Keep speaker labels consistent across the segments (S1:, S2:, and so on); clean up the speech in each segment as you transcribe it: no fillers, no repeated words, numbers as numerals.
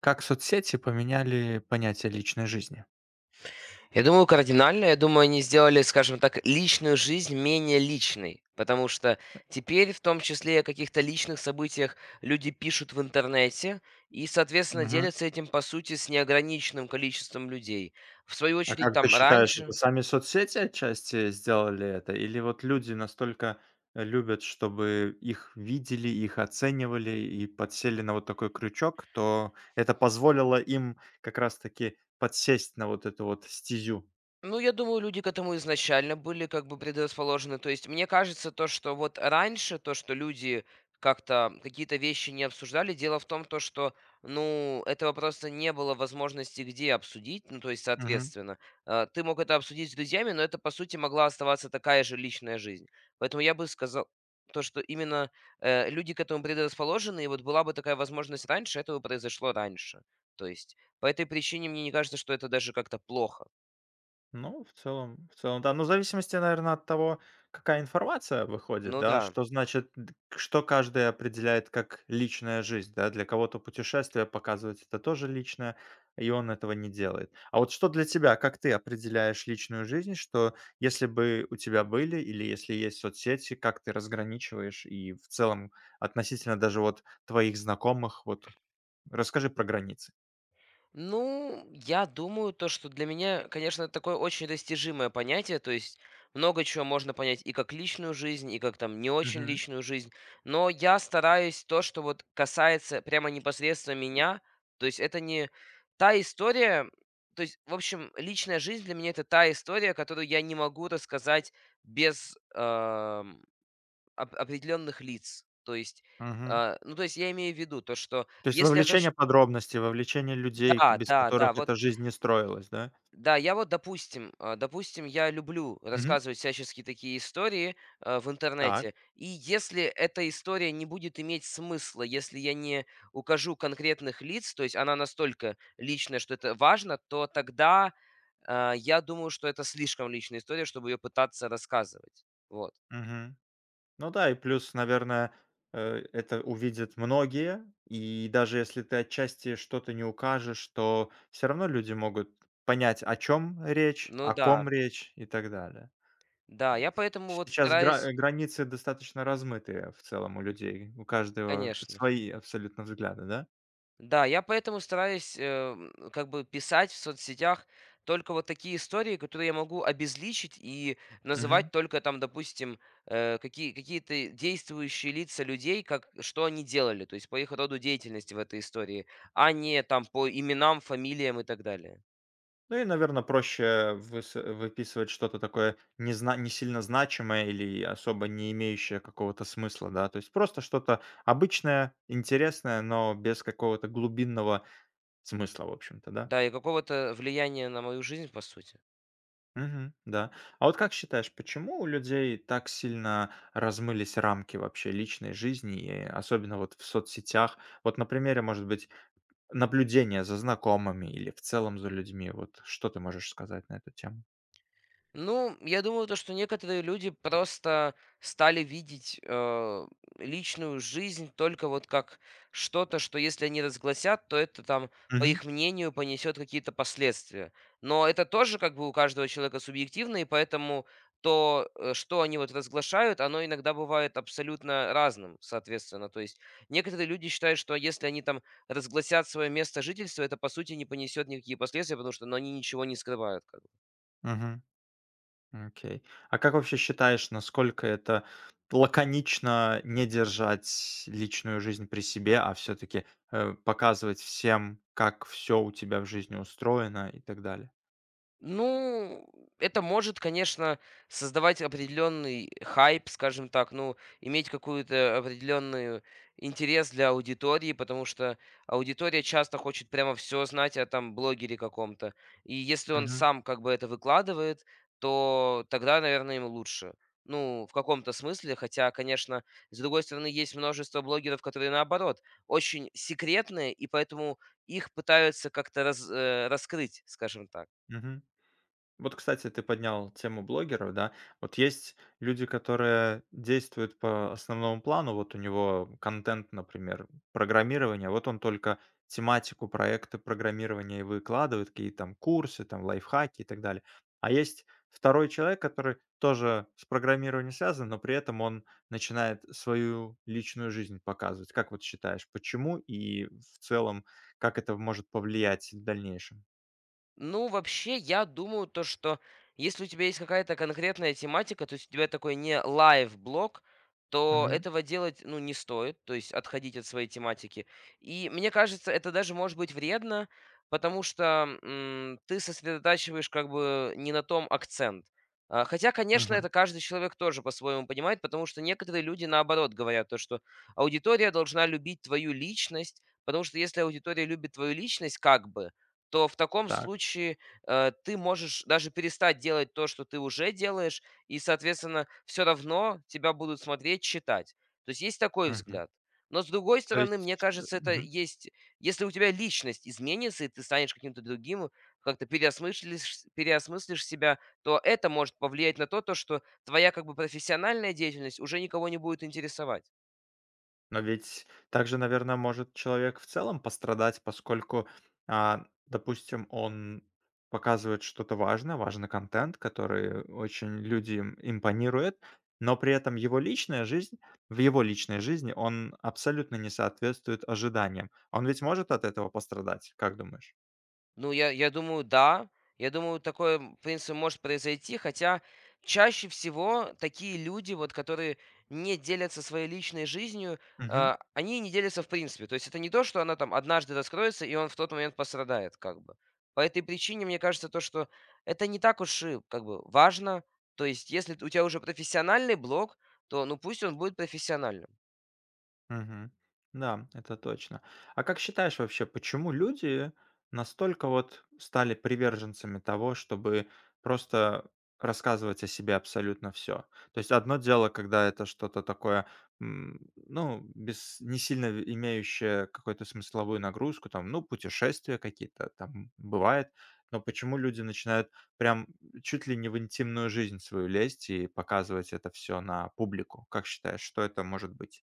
S1: Как соцсети поменяли понятие личной жизни?
S2: Я думаю, кардинально. Я думаю, они сделали, скажем так, личную жизнь менее личной. Потому что теперь, в том числе о каких-то личных событиях, люди пишут в интернете и, соответственно,
S1: Мгм.
S2: делятся этим, по сути, с неограниченным количеством людей. В свою
S1: А
S2: очередь,
S1: как ты
S2: там
S1: считаешь, это
S2: раньше...
S1: сами соцсети отчасти сделали это? Или вот люди настолько любят, чтобы их видели, их оценивали и подсели на вот такой крючок, то это позволило им как раз-таки подсесть на вот эту вот стезю?
S2: Ну, я думаю, люди к этому изначально были как бы предрасположены. То есть, мне кажется, то, что вот раньше, то, что люди как-то какие-то вещи не обсуждали, дело в том, то, что, ну, этого просто не было возможности где обсудить, ну, то есть, соответственно, ты мог это обсудить с друзьями, но это, по сути, могла оставаться такая же личная жизнь. Поэтому я бы сказал, то, что именно люди к этому предрасположены, и вот была бы такая возможность раньше, этого произошло раньше. То есть, по этой причине мне не кажется, что это даже как-то плохо.
S1: Ну, в целом, да. Ну, в зависимости, наверное, от того, какая информация выходит,
S2: Ну
S1: да,
S2: да.
S1: что значит, что каждый определяет как личная жизнь, да. Для кого-то путешествие показывать это тоже личное, и он этого не делает. А вот что для тебя, как ты определяешь личную жизнь, что если бы у тебя были или если есть соцсети, как ты разграничиваешь и в целом относительно даже вот твоих знакомых, вот расскажи про границы.
S2: Ну, я думаю, то, что для меня, конечно, это такое очень достижимое понятие, то есть много чего можно понять и как личную жизнь, и как там не очень
S1: Мгм.
S2: личную жизнь, но я стараюсь то, что вот касается прямо непосредственно меня, то есть это не та история, то есть, в общем, личная жизнь для меня это та история, которую я не могу рассказать без определенных лиц, то есть,
S1: Мгм.
S2: ну, то есть я имею в виду то, что
S1: То есть
S2: если я хочу...
S1: вовлечение подробностей, вовлечение людей, к
S2: Да,
S1: без
S2: да,
S1: которых
S2: да, вот
S1: эта жизнь не строилась, да?
S2: да, я вот, допустим, допустим, я люблю
S1: Мгм.
S2: рассказывать всяческие такие истории в
S1: Так.
S2: интернете. И если эта история не будет иметь смысла, если я не укажу конкретных лиц, то есть она настолько личная, что это важно, то тогда я думаю, что это слишком личная история, чтобы ее пытаться рассказывать. Вот.
S1: Мгм. Ну да, и плюс, наверное, это увидят многие, и даже если ты отчасти что-то не укажешь, то все равно люди могут понять, о чем речь,
S2: Ну
S1: о
S2: да,
S1: ком речь и так далее.
S2: да, я поэтому вот
S1: Сейчас
S2: стараюсь,
S1: границы достаточно размытые в целом у людей, у каждого
S2: конечно.
S1: свои абсолютно взгляды, да?
S2: Да, я поэтому стараюсь, как бы писать в соцсетях только вот такие истории, которые я могу обезличить и называть только там, допустим, какие-то действующие лица людей, как, что они делали, то есть по их роду деятельности в этой истории, а не там по именам, фамилиям и так далее.
S1: Ну и, наверное, проще выс выписывать что-то такое не сильно значимое или особо не имеющее какого-то смысла, да. То есть просто что-то обычное, интересное, но без какого-то глубинного смысла, в общем-то, да.
S2: Да, и какого-то влияния на мою жизнь, по сути.
S1: Мгм, да. А вот как считаешь, почему у людей так сильно размылись рамки вообще личной жизни, и особенно вот в соцсетях? Вот на примере, может быть, наблюдения за знакомыми или в целом за людьми. Вот что ты можешь сказать на эту тему?
S2: Ну, я думаю, то, что некоторые люди просто стали видеть личную жизнь только вот как что-то, что если они разгласят, то это там, по
S1: Мгм,
S2: их мнению, понесет какие-то последствия. Но это тоже как бы у каждого человека субъективно, и поэтому то, что они вот разглашают, оно иногда бывает абсолютно разным, соответственно. То есть некоторые люди считают, что если они там разгласят свое место жительства, это по сути не понесет никакие последствия, потому что ну, они ничего не скрывают.
S1: мгм. Окей. А как вообще считаешь, насколько это лаконично не держать личную жизнь при себе, а все-таки показывать всем, как все у тебя в жизни устроено и так далее?
S2: Ну, это может, конечно, создавать определенный хайп, скажем так, ну, иметь какую-то определенную интерес для аудитории, потому что аудитория часто хочет прямо все знать о там блогере каком-то. И если он
S1: Мгм.
S2: сам как бы это выкладывает, то тогда, наверное, ему лучше. Ну, в каком-то смысле, хотя, конечно, с другой стороны, есть множество блогеров, которые наоборот, очень секретные, и поэтому их пытаются как-то раскрыть, скажем так.
S1: Мгм. Вот, кстати, ты поднял тему блогеров, да. Вот есть люди, которые действуют по основному плану. Вот у него контент, например, программирование. Вот он только тематику проекта программирования и выкладывает, какие-то там курсы, там лайфхаки и так далее. А есть второй человек, который тоже с программированием связан, но при этом он начинает свою личную жизнь показывать. Как вот считаешь, почему и в целом как это может повлиять в дальнейшем?
S2: Ну, вообще, я думаю, то, что если у тебя есть какая-то конкретная тематика, то есть у тебя такой не лайв-блог, то
S1: Мгм.
S2: этого делать, ну, не стоит, то есть отходить от своей тематики. И мне кажется, это даже может быть вредно, потому что ты сосредотачиваешь как бы не на том акцент. Хотя, конечно,
S1: Мгм.
S2: это каждый человек тоже по-своему понимает, потому что некоторые люди, наоборот, говорят то, что аудитория должна любить твою личность, потому что если аудитория любит твою личность, как бы, то в таком
S1: Так.
S2: случае ты можешь даже перестать делать то, что ты уже делаешь, и, соответственно, все равно тебя будут смотреть, читать. То есть есть такой
S1: Мгм.
S2: взгляд. Но с другой
S1: То
S2: стороны, мне
S1: есть,
S2: кажется, это
S1: мгм.
S2: есть... Если у тебя личность изменится, и ты станешь каким-то другим, как-то переосмыслишь себя, то это может повлиять на то, то, что твоя как бы профессиональная деятельность уже никого не будет интересовать.
S1: Но ведь также, наверное, может человек в целом пострадать, поскольку, допустим, он показывает что-то важное, важный контент, который очень людям импонирует, но при этом его личная жизнь, в его личной жизни он абсолютно не соответствует ожиданиям. Он ведь может от этого пострадать, как думаешь?
S2: Ну, я думаю, да. Я думаю, такое, в принципе, может произойти, хотя чаще всего такие люди, вот которые не делятся своей личной жизнью, они не делятся в принципе. То есть это не то, что она там однажды раскроется, и он в тот момент пострадает как бы. По этой причине, мне кажется, то, что это не так уж и как бы важно. То есть если у тебя уже профессиональный блог, то, ну, пусть он будет профессиональным.
S1: Мгм. Да, это точно. А как считаешь вообще, почему люди настолько вот стали приверженцами того, чтобы просто рассказывать о себе абсолютно все? То есть одно дело, когда это что-то такое, м, ну, без, не сильно в- имеющее какую-то смысловую нагрузку, там, ну, путешествия какие-то там бывает, но почему люди начинают прям чуть ли не в интимную жизнь свою лезть и показывать это все на публику? Как считаешь, что это может быть?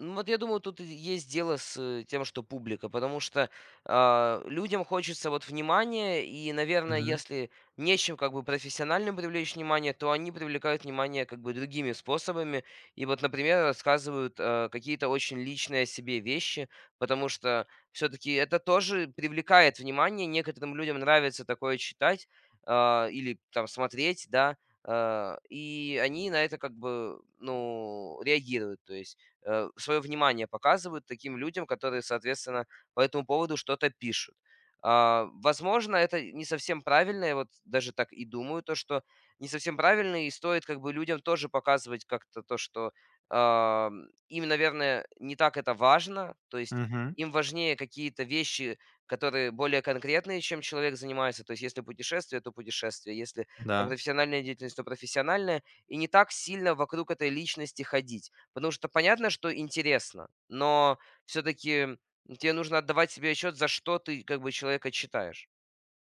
S2: Ну, вот я думаю, тут и есть дело с тем, что публика, потому что людям хочется вот внимания, и, наверное, если нечем как бы профессионально привлечь внимание, то они привлекают внимание как бы другими способами, и вот, например, рассказывают какие-то очень личные о себе вещи, потому что все-таки это тоже привлекает внимание, некоторым людям нравится такое читать или там смотреть, да, и они на это как бы, ну, реагируют, то есть свое внимание показывают таким людям, которые, соответственно, по этому поводу что-то пишут. А, возможно, это не совсем правильно, я вот даже так и думаю, то, что не совсем правильно, и стоит как бы людям тоже показывать как-то то, что а, им, наверное, не так это важно, то есть
S1: Мгм.
S2: им важнее какие-то вещи, которые более конкретные, чем человек занимается. То есть, если путешествие, то путешествие, если там,
S1: Да,
S2: профессиональная деятельность, то профессиональная, и не так сильно вокруг этой личности ходить. Потому что понятно, что интересно, но все таки тебе нужно отдавать себе отчет, за что ты, как бы, человека читаешь.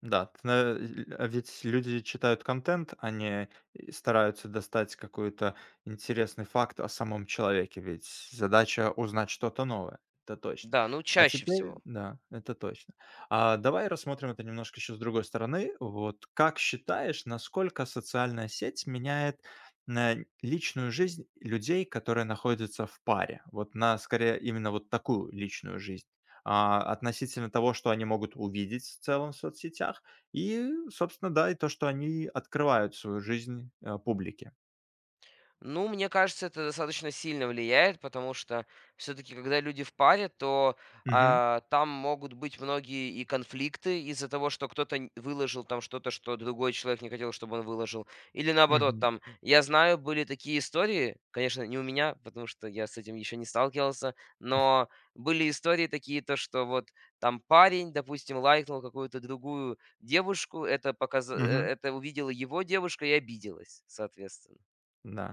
S1: да. Т на ль А ведь люди читают контент, они и стараются достать какой-то интересный факт о самом человеке, ведь задача узнать что-то новое, это точно.
S2: Да, ну,
S1: А
S2: чаще
S1: теперь
S2: всего.
S1: да, это точно. А давай рассмотрим это немножко еще с другой стороны. Вот как считаешь, насколько социальная сеть меняет, личную жизнь людей, которые находятся в паре? Вот на скорее именно вот такую личную жизнь. Относительно того, что они могут увидеть в целом в соцсетях, и, собственно, да, и то, что они открывают свою жизнь, публике.
S2: Ну, мне кажется, это достаточно сильно влияет, потому что все-таки, когда люди в паре, то
S1: Мгм,
S2: там могут быть многие и конфликты из-за того, что кто-то выложил там что-то, что другой человек не хотел, чтобы он выложил. Или наоборот,
S1: мгм,
S2: там, я знаю, были такие истории, конечно, не у меня, потому что я с этим еще не сталкивался, но были истории такие, то, что вот там парень, допустим, лайкнул какую-то другую девушку, это,
S1: мгм.
S2: это увидела его девушка и обиделась, соответственно.
S1: Да,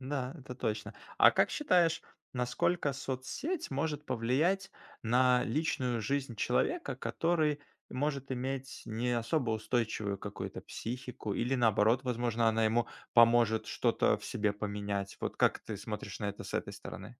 S1: да, это точно. А как считаешь, насколько соцсеть может повлиять на личную жизнь человека, который может иметь не особо устойчивую какую-то психику или, наоборот, возможно, она ему поможет что-то в себе поменять? Вот как ты смотришь на это с этой стороны?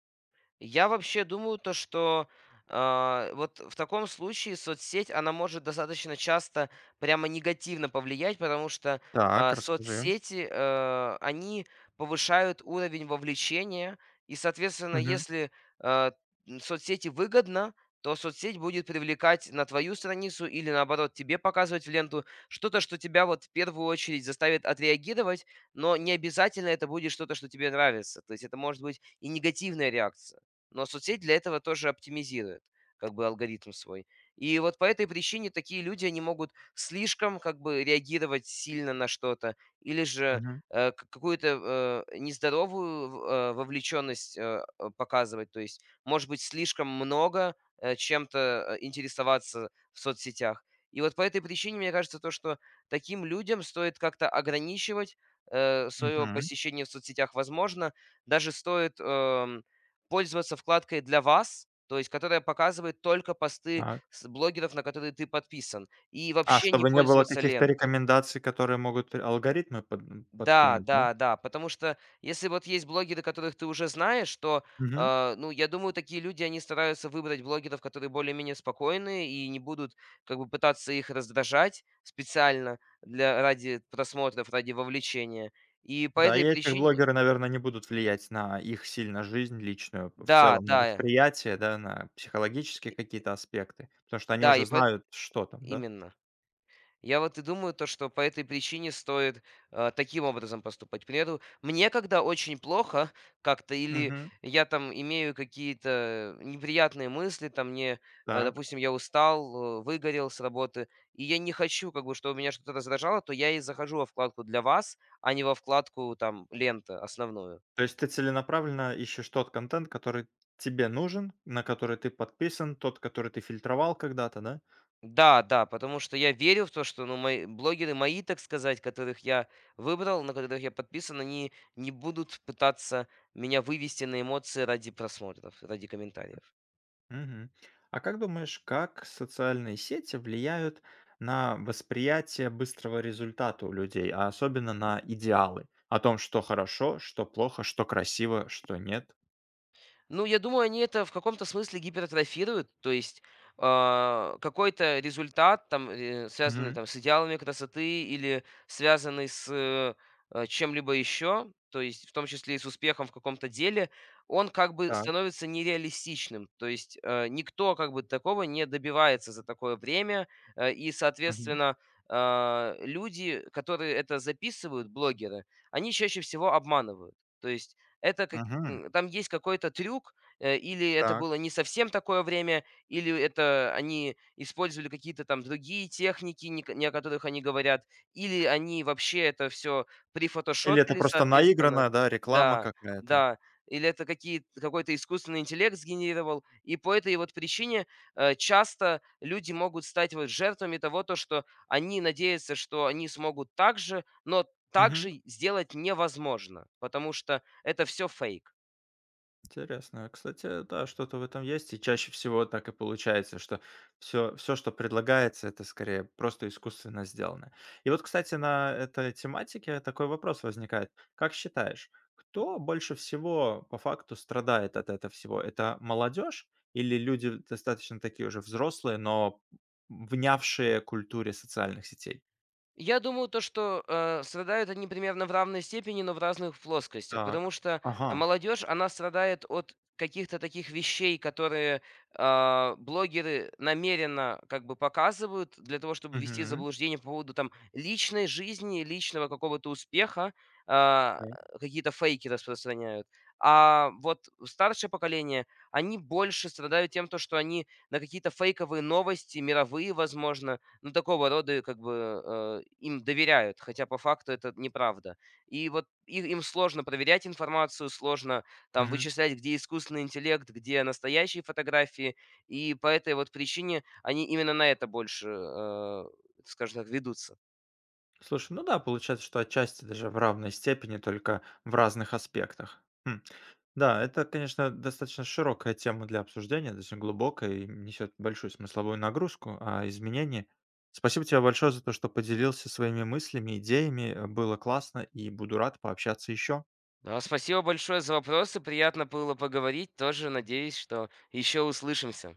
S2: Я вообще думаю то, что, вот в таком случае соцсеть, она может достаточно часто прямо негативно повлиять, потому что,
S1: Так, расскажи.
S2: соцсети, они повышают уровень вовлечения. И, соответственно, если, а, соцсети выгодно, то соцсеть будет привлекать на твою страницу или, наоборот, тебе показывать в ленту что-то, что тебя вот в первую очередь заставит отреагировать, но не обязательно это будет что-то, что тебе нравится. То есть это может быть и негативная реакция. Но соцсеть для этого тоже оптимизирует, как бы алгоритм свой. И вот по этой причине такие люди, они могут слишком как бы реагировать сильно на что-то, или же
S1: Мгм,
S2: какую-то нездоровую вовлеченность показывать, то есть, может быть, слишком много чем-то интересоваться в соцсетях. И вот по этой причине, мне кажется, то, что таким людям стоит как-то ограничивать свое
S1: мгм.
S2: посещение в соцсетях, возможно, даже стоит пользоваться вкладкой "Для вас", то есть которая показывает только посты
S1: Так.
S2: с блогеров, на которые ты подписан, и
S1: А,
S2: вообще не
S1: чтобы не было
S2: пользоваться
S1: каких-то
S2: лентой.
S1: рекомендаций, которые могут алгоритмы под
S2: Да,
S1: подкинуть, да?
S2: да, да, потому что если вот есть блогеры, которых ты уже знаешь, то,
S1: Мгм.
S2: ну, я думаю, такие люди, они стараются выбрать блогеров, которые более-менее спокойные и не будут как бы пытаться их раздражать специально для ради просмотров, ради вовлечения. И по
S1: Да, и
S2: этой
S1: этих
S2: причине
S1: блогеры, наверное, не будут влиять на их сильно жизнь личную, в
S2: да,
S1: целом на
S2: да,
S1: восприятие, да, на психологические какие-то аспекты, потому что они
S2: да, и
S1: уже
S2: поэт
S1: знают, что там, да?
S2: именно. Я вот и думаю, то, что по этой причине стоит, таким образом поступать. К примеру, мне когда очень плохо как-то или
S1: Мгм.
S2: я там имею какие-то неприятные мысли, там мне,
S1: Так.
S2: допустим, я устал, выгорел с работы, и я не хочу, как бы, чтобы меня что-то раздражало, то я и захожу во вкладку "Для вас", а не во вкладку там "Лента" основную.
S1: То есть ты целенаправленно ищешь тот контент, который тебе нужен, на который ты подписан, тот, который ты фильтровал когда-то, да?
S2: Да, да, потому что я верю в то, что, ну, мои блогеры мои, так сказать, которых я выбрал, на которых я подписан, они не будут пытаться меня вывести на эмоции ради просмотров, ради комментариев.
S1: Мгм. А как думаешь, как социальные сети влияют на восприятие быстрого результата у людей, а особенно на идеалы? О том, что хорошо, что плохо, что красиво, что нет?
S2: Ну, я думаю, они это в каком-то смысле гипертрофируют, то есть какой-то результат, там, связанный
S1: Мгм.
S2: там, с идеалами красоты или связанный с чем-либо еще, то есть в том числе и с успехом в каком-то деле, он как бы
S1: Так.
S2: становится нереалистичным. То есть никто как бы такого не добивается за такое время, и,
S1: Мгм.
S2: соответственно, люди, которые это записывают, блогеры, они чаще всего обманывают. То есть это...
S1: Мгм.
S2: Там есть какой-то трюк, или это
S1: Так.
S2: было не совсем такое время, или это они использовали какие-то там другие техники, не о которых они говорят, или они вообще это всё
S1: Или это
S2: прифотошопили,
S1: просто
S2: соответственно.
S1: наигранная, да, реклама
S2: Да,
S1: какая-то?
S2: да. Или это какие какой-то искусственный интеллект сгенерировал. И по этой вот причине, часто люди могут стать вот жертвами того, то что они надеются, что они смогут так же, но
S1: Мгм.
S2: также сделать невозможно, потому что это все фейк.
S1: Интересно. Кстати, да, что-то в этом есть. И чаще всего так и получается, что все, все, что предлагается, это скорее просто искусственно сделано. И вот, кстати, на этой тематике такой вопрос возникает. Как считаешь, кто больше всего по факту страдает от этого всего? Это молодежь или люди достаточно такие уже взрослые, но внявшие культуре социальных сетей?
S2: Я думаю, то, что, страдают они примерно в равной степени, но в разных плоскостях. Потому
S1: Так.
S2: что,
S1: Ага.
S2: молодежь, она страдает от каких-то таких вещей, которые, блогеры намеренно как бы показывают для того, чтобы ввести заблуждение по поводу там личной жизни, личного какого-то успеха, а, какие-то фейки распространяют. А вот старшее поколение, они больше страдают тем, то, что они на какие-то фейковые новости, мировые, возможно, ну, такого рода, как бы, им доверяют, хотя по факту это неправда. И вот и им сложно проверять информацию, сложно там
S1: Угу.
S2: вычислять, где искусственный интеллект, где настоящие фотографии. И по этой вот причине они именно на это больше, скажем так, ведутся.
S1: Слушай, ну да, получается, что отчасти даже в равной степени, только в разных аспектах. Хм. Да, это, конечно, достаточно широкая тема для обсуждения, достаточно глубокая и несет большую смысловую нагрузку о изменении. Спасибо тебе большое за то, что поделился своими мыслями, идеями. Было классно и буду рад пообщаться еще.
S2: Да, спасибо большое за вопросы, приятно было поговорить. Тоже надеюсь, что еще услышимся.